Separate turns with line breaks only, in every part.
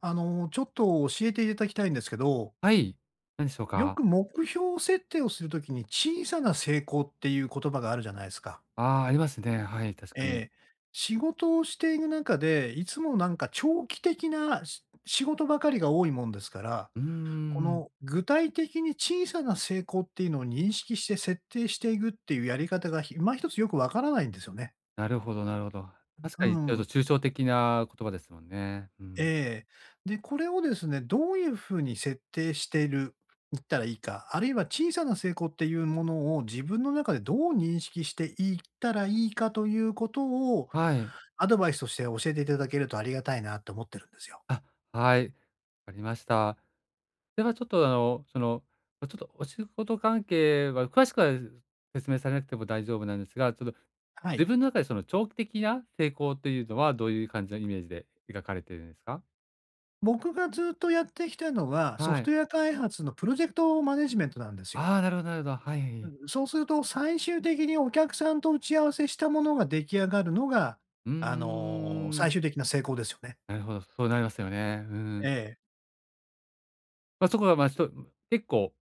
ちょっと教えていただきたいんですけど、
はい、何でしょう
よ
か。
く目標設定をするときに小さな成功っていう言葉があるじゃないですか。
ああ、ありますね。はい、確かに。
ええ。仕事をしている中で、いつも長期的なし仕事ばかりが多いもんですから、
うー
こ
ん、
の具体的に小さな成功っていうのを認識して設定していくっていうやり方が、今一つよくわからないんですよね。
なるほどなるほど。確
う
かにちょっと
ん。
抽象的な言葉ですもんね。うん。
ええ。で、これをですね、どういうふうに設定しているいったらいいか、あるいは小さな成功っていうものを自分の中でどう認識していったらいいかということを、
はい。
アドバイスとして教えていただけるとありがたいなと思ってるんですよ。
あ、はい、わかりました。ではちょっとあの、その、ま、ちょっとお仕事関係は詳しくは説明されなくても大丈夫なんですが、ちょっと
は
自
い。
分の中でその長期的な成功というのはどういう感じのイメージで描かれているんですか？
僕がずっとやってきたのは、ソ
は
フト
い。
ウェア開発のプロジェクトマネジメントなんですよ。
ああ、なるほどなるほど。はい。
そうすると、最終的にお客さんと打ち合わせしたものが出来上がるのが、
うー
最
ん。
終的な成功ですよね。
なるほど、そうなりますよね。う
え
ん。
え。
まあ、そこが、まあ、結構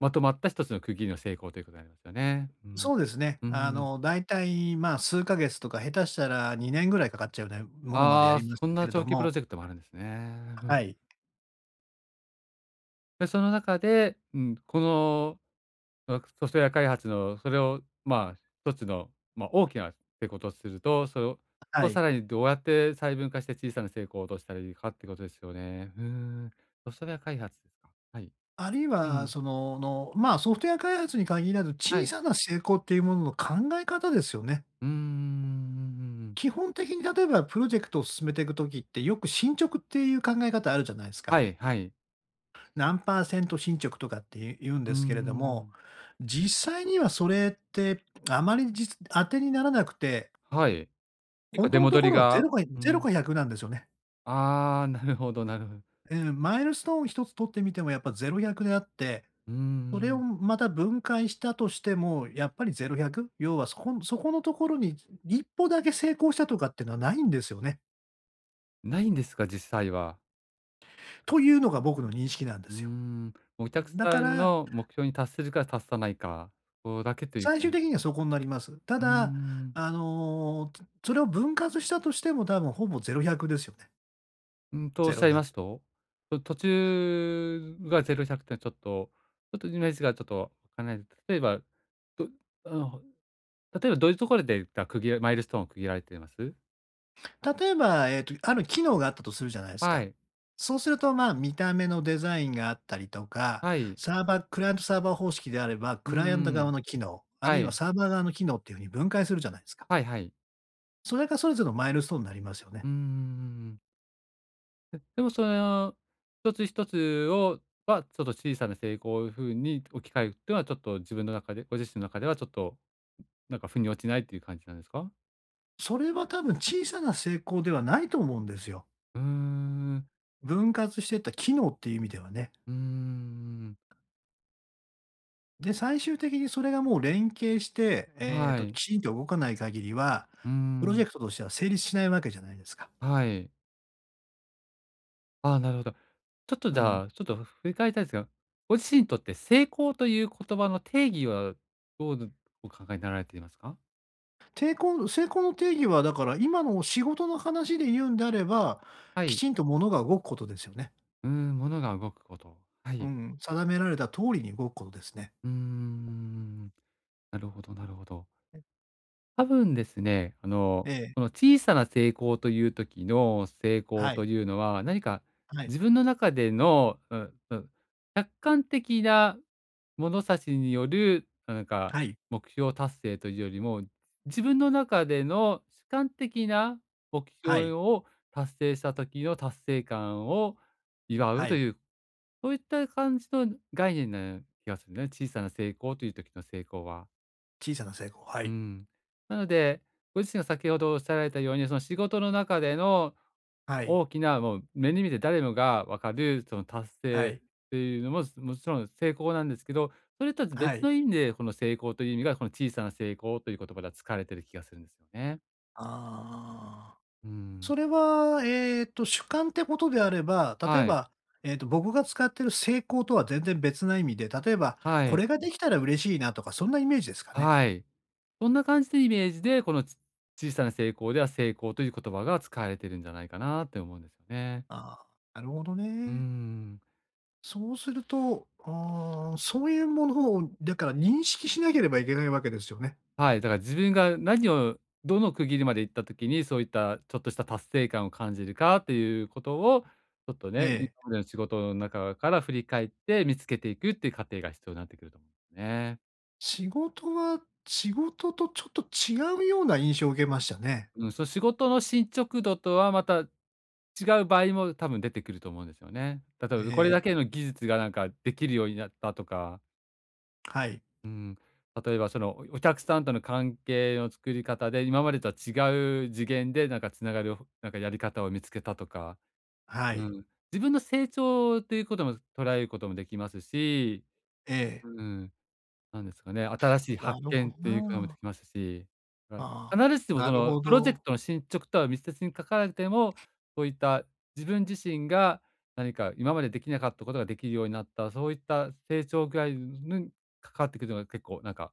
まとまった一つの区切りの成功ということになりますよね。うん。
そうですね。
うん。
大体、数ヶ月とか、下手したら2年ぐらいかかっちゃうようなものまでや
ああ、
りまし
そ
た
ん
け
な
れど
長期プロ
も、
ジェクトもあるんですね。うん。
はい、
で、その中で、うん、この、ソフトウェア開発のそれを、まあ、一つの、まあ、大きな成功とすると、それを
は
を
い。
さらにどうやって細分化して小さな成功を落としたらいいかってことですよね。うん。ソフトウェア開発ですか。はい。
あるい
う
は、
ん。
その、の、まあ、ソフトウェア開発に限らず、
は
小
い。
さな成功っていうものの考え方ですよね。
うーうんうんうん。
基本的に例えばプロジェクトを進めていくときって、よく進捗っていう考え方あるじゃないですか。
はいはい。
何パーセント進捗とかっていう言うん
う
ですけれど
ん
も、
ん。
実際にはそれってあまり実当てにならなくて、
はい。結
本
構
当
出
のと
戻
こ
り
ろはゼ
が、
ロか
う
ゼロ
ん。
か100なんですよね。
ああ、なるほどなるほど。
うん、マイルストーン一つ取ってみてもやっぱゼロ100であって、
う
それ
ん
を
ん。
また分解したとしても、やっぱりゼロ100、要はそこそこのところに一歩だけ成功したとかっていうのはないんですよね。
ないんですか、実際は。
というのが僕の認識なんで
うー
すよ。
ん。お客
だか
さん
ら、
の目標に達するか達さないか、そこだけという
最
か。
終的にはそこになります。た
うー
だ、
ん。
あの、それを分割したとしても多分ほぼゼロ100ですよね。
うんとおっ
ゼ
し
ロ
ゃいま
100。
すと？と途中が100ってんちょっと、ちょっとイメージがちょっとわからないです、例えば、どあの、例えばどういうところでが区切らマイルストーンを区切られています？
例えば、ある機能があったとするじゃないです
は
か。
い。
そうすると、見た目のデザインがあったりとか、
はい。
サーバークライアントサーバー方式であれば、
う
クライアント
んう
側
ん。
の機能、ある
は
いは
い。
サーバー側の機能っていう風に分解するじゃないですか。
はいはいううんはいはいはい。
それがそれぞれのマイルストーンになりますよね。
うーん。でもその、一つ一つをちょっと小さな成功をいう風に置き換えるっていうのは、ちょっと自分の中でご自身の中ではちょっと、なんか腑に落ちないっていう感じなんですか？
それは多分小さな成功ではないと思うんですよ。
うーん、
分割していった機能っていう意味ではね。
うーん、
で、最終的にそれがもう連携して、
は
き
い。
ちんと動かない限りは、
うー
プロジェ
ん、
クトとしては成立しないわけじゃないですか。
はい。ああ、なるほど。ちょっと
う
じ
ん。
ゃあ、ちょっと振り返りたいんですが、ご自身にとって成功という言葉の定義はどうお考えになられていますか？
成功の定義はだから、今の仕事の話で言うんであれば、
は
き
い。
ちんと物が動くことですよね。
うーん、物が動くこと。は
う
い。
ん、定められた通りに動くことですね。
うーん。なるほどなるほど。多分ですね、あの、
ええ、
この小さな成功という時の成功
はい、
というのは、何か
はい、
自分の中での、うんうん、客観的な物差しによる、なんか、
はい、
目標達成というよりも、自分の中での主観的な目
は
標
い、
を達成した時の達成感を祝う
は
と
い。
いう、そういった感じの概念な気がするね。小さな成功という時の成功は。
小さな成功、は
う
い、
ん。なので、ご自身が先ほどおっしゃられたように、その仕事の中での
はい、
大きな、もう目に見て誰もが分かる、その達
は
成
い、
っていうのも、もちろん成功なんですけど、それとは
は
別
い。
の意味で、この成功という意味が、この小さな成功という言葉では使われてる気がするんですよね。
ああ。
うん。
それは、主観ってことであれば、例え
はい。
ば、僕が使ってる成功とは全然別な意味で、例えば、
は
こ
い。
れができたら嬉しいなとか、そんなイメージですかね。
はい。そんな感じのイメージで、このち小さな成功では成功という言葉が使われてるんじゃないかなって思うんですよね。
ああ、なるほど
うー
ね。
ん。
そうすると、そういうものを、だから認識しなければいけないわけですよね。
はい、だから自分が何をどの区切りまで行った時に、そういったちょっとした達成感を感じるかっていうことを、ちょっと
え
ね、今
え。
までの仕事の中から振り返って見つけていくっていう過程が必要になってくると思うんですね。
仕事は、仕事とちょっと違うような印象を受けましたね。
うん、その仕事の進捗度とはまた違う場合も多分出てくると思うんですよね。例
え
えばこれだ
え。
けの技術がなんかできるようになったとか。
はい。
うん、例えばその、お客さんとの関係の作り方で、今までとは違う次元でなんか繋がる、なんかやり方を見つけたとか、
は
う
い。
ん、自分の成長ということも捉えることもできますし、
ええ。
うん、なんですかね、新しい
な
発
るほ
見っ
ど
ていうこともで
な。
きますし、はい
ああ、
必ずしも
な
そ
る
の
ほ
プロジェク
ど。
トの進捗とは密接に関わらなくても、そういった自分自身が何か今までできなかったことができるようになった、そういった成長ぐらいに関わってくるのが結構なんか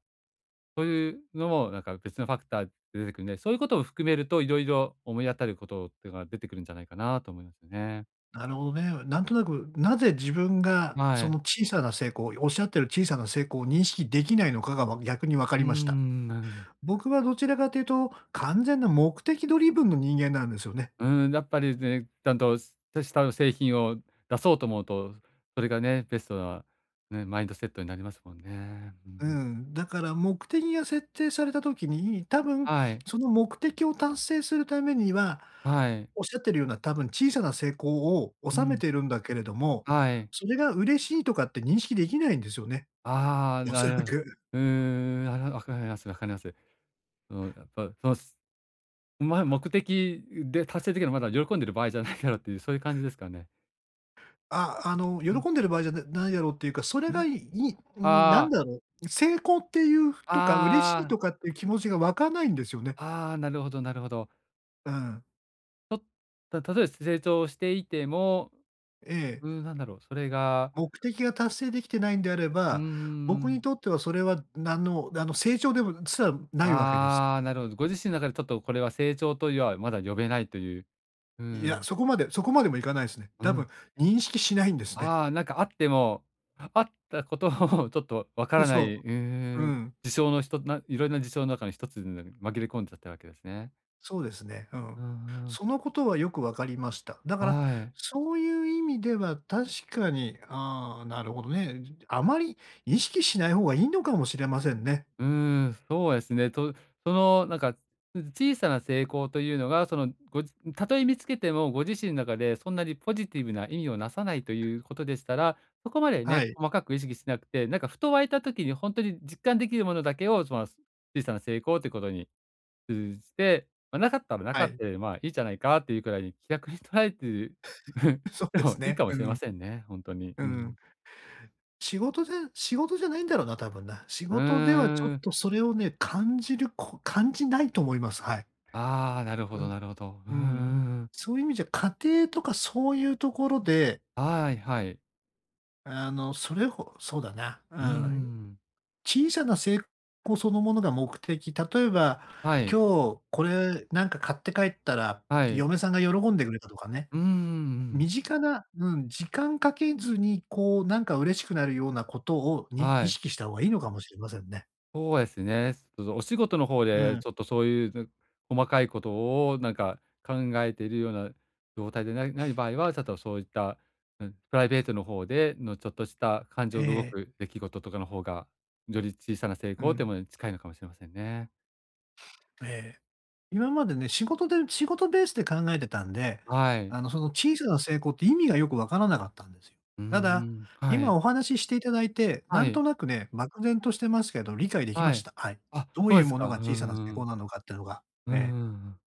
そういうのもなんか別のファクターで出てくるんで、そういうことも含めると、いろいろ思い当たることっていうのが出てくるんじゃないかなと思いますよね。
なるほどね。なんとなく、なぜ自分が
は
そ
い。
の小さな成功、おっしゃってる小さな成功を認識できないのかが、逆に分か
うー
りました。
ん、なるほど。
僕はどちらかというと、完全な目的ドリブンの人間なんですよね。
うーん、やっぱりね、ちゃんとした製品を出そうと思うと、それがね、ベストな、ね、マインドセットになりますもんね。うん
う
うん。
ん、だから目的が設定された時に、多分
はい、
その目的を達成するためには、
はい。
おっしゃってるような多分小さな成功を
う
収め
ん、
てるんだけれども、
はい。
それが嬉しいとかって認識できないんですよね、
ああ、
おそ
な
ら
るほど。
く。
うーん、あ、わかりますわかります。そのやっぱ、そのまあ、目的で達成できるのまだ喜んでる場合じゃないだろうっていう、そういう感じですかね。うん、
喜んでる場合じゃなないだろうっていうか、それ
う
が
ん。
いいうん、なん
ああ、
だろう、成功っていうとか、嬉し
あ
い
あ、
とかっていう気持ちが湧かないんですよね。
ああ、なるほどなるほど。
うん、
例えば成長していても、
ええ。
うーん、なんだろう、それが、
目的が達成できてないんであれ
うー
ば、僕に
ん、
とってはそれは何の成長でもすらないわけですよ。
ああ、なるほど。ご自身の中でちょっとこれは成長というはまだ呼べないという、うー
いや、
ん、
そこまでもいかないですね。
う
多分
ん。
認識しないんですね。
あ あ、なんかあっても、あったことを ちょっとわか
で、
らな
そ
い、う
う。う
ーん、
ん。
事象のひとないろいろな事象の中の一つに紛れ込んじゃったわけですね。
そうですね。うん。
うんうん。
そのことはよく分かりました。だから、
はい。
そういう意味では確かに、ああ、なるほどね。あまり意識しない方がいいのかもしれませんね。
うーん、そうですね。と、その、なんか、小さな成功というのが、その、ごじたとえ見つけても、ご自身の中でそんなにポジティブな意味をなさないということでしたら、そこまで
は
ね、
い、
細かく意識しなくて、なんかふと湧いた時に本当に実感できるものだけを、その、小さな成功ということに通じて、ま、なかったらなか
は
っ
い。
たで、まあ、いいじゃないかっていうくらいに気楽に捉えてる
そう
で
で
も
す
いい
ね。
かも
う
しれま
ん、
せんね、本当に。
う
う
ん。
ん。
仕事で仕事じゃないんだろうな、多分な。仕
う
事ではちょっ
ーん。
とそれをね、感じないと思います。はい。
ああ、なるほ
う
ど
ん。
なるほど。うう
うん。
ん。
そういう意味じゃ、家庭とかそういうところで、
はいはい。
それほそうだな、う
うー
ん。
ん。
小さな成功そのものが目的。例えば、
はい。
今日これなんか買って帰ったら、
はい。
嫁さんが喜んでくれたとかね。
うんうんうん。
身近な、うん、時間かけずに、こう、なんか嬉しくなるようなことに
は
意
い。
識した方がいいのかもしれませんね。
そうですね。ちょっとお仕事の方
う
で、
ん。
ちょっとそういう、細かいことをなんか考えているような状態でない場合は、ちょっとそういった、うん、プライベートの方でのちょっとした感
え
情が動
え、
く出来事とかの方が、より小さな成
う
功
ん、
というものに近いのかもしれませんね。
ええ。今までね、仕事で仕事ベースで考えてたんで、
はい。
その小さな成功って意味がよくわからなかったんですよ。
うー
ただ、
ん、は
今
い。
お話ししていただいて、な
は
んと
い。
なくね、漠然としてますけど、理解できま
は
し
い。
た。はい。
あ、
どう
そう
い
で
う
す
もの
か。
が
うんう
小さな成
んう
功
ん。
なのかっていうのが。
うんうん
ええ。
うん。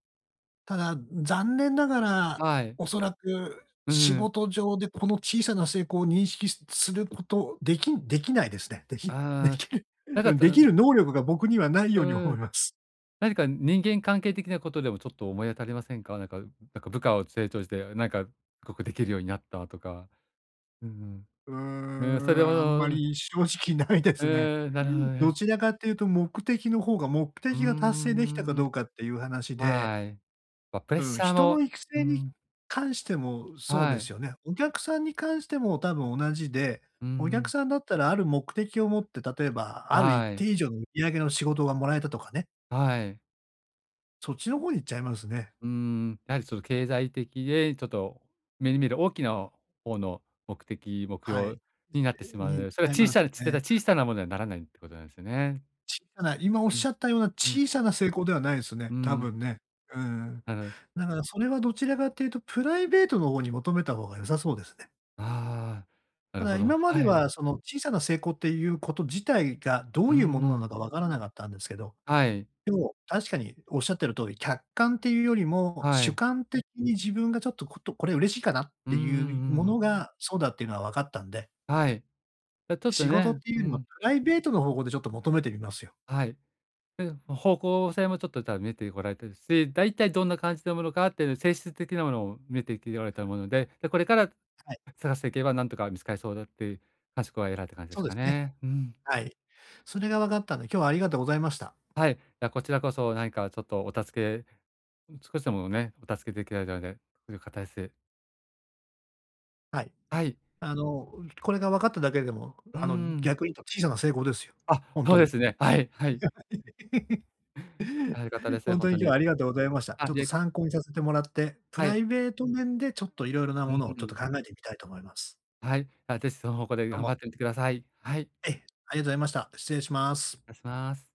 ただ、残念ながら、
はい。
おそらく
うう
仕
ん。
事上でこの小さな成功を認識すすることできできないですね。で
ああ、
きる、
なんかた、
で
う
き
ん、
る能力が僕にはない
う
ように
ー
思い
ん、
ます。
何か人間関係的なことでもちょっと思い当たりませんか？なんかなんか部下を成長して、なんかすごくできるようになったとか。うん
うー
うん。えそ
ん、
れ
あんま
を
り正直ないですね。
う、なるほど
ど
ね。
ちらかっていうと目
うー
的が達成できたか
ん、
どうかっていう話で、
はい。ま、プレッ
うん、
シャー
人の
も、
育
う
成に
ん、
関してもそうで
は
す
い。
よね。お客さんに関しても多分同じで、
うんう
お客
ん、
さんだったらある目的を持って、例えばある一
は
定
い、
以上の売り上げの仕事がもらえたとかね、
はい。
そっちの方に行っちゃいますね。
うーん、やはりその経済的で、ちょっと目に見える大きな方の目的、目
はい。
標になってしまう
に行
の
っ
で、そ
ち
れ
ゃ
は
いますよね。
小さなものにはならないってことなんですよね。
小さな今おっ
うん、
しゃったような
うん、
小さな成功ではないです
う
ね、多
ん。
分ね。うん。
なる
だからそれはどちらかというと、プライベートの方に求めた方が良さそうですね。
ああ、な
た
る
だ、
ほど。
今まで
はい。
はその小さな成功っていうこと自体がど
う
ういうものなの
ん。
かわからなかったんですけど、
はい、
でも確かにおっしゃってる通り、客観っていうよりも、
は
主
い。
観的に自分がちょっとこれ嬉しいかなっ
うん
て
うんう
いうも
ん
のがそうだっていうのは分かったんで、
はい。ちょっと
仕事っ
ね、
ていう
う
よりも
ん、
プライベートの方向でちょっと求めてみますよ。
はい。うん、方向性もちょっと多分見てこられてるし、大体どんな感じのものかっていう性質的なものを見てきておられたもので、で、これから
はい、
探していけばなんとか見つかりそうだっていう感触は得られた感じで
そう
す
で
か
すね。
ね。うん。
はい。それが分かったんで、今日はありがとうございました。
はい。いや、こちらこそ何かちょっとお助け、少しでもね、お助けできられたので、という形で。
はい。
はい。
あの、これが分かっただけでも、
うん。
逆に言うと小さな成功ですよ。
あ、
ほん
そ
と
うで
に。
すね。はい、はい。あ、良かったです、
ほんと
本
に
当
今日は
に。
ありがとうございました。ち
あ、
ょっ
い
と
え、
参考にさせてもらって、プ
は
ラ
い。
イベート面でちょっと色々な
う
ものをちょっと
ん。
考えてみたいと思います。
はい。あ、ぜひその方向で
どう
頑張
も、
ってみてください。はい、
ええ、ありがとうございました。失礼します。
たします。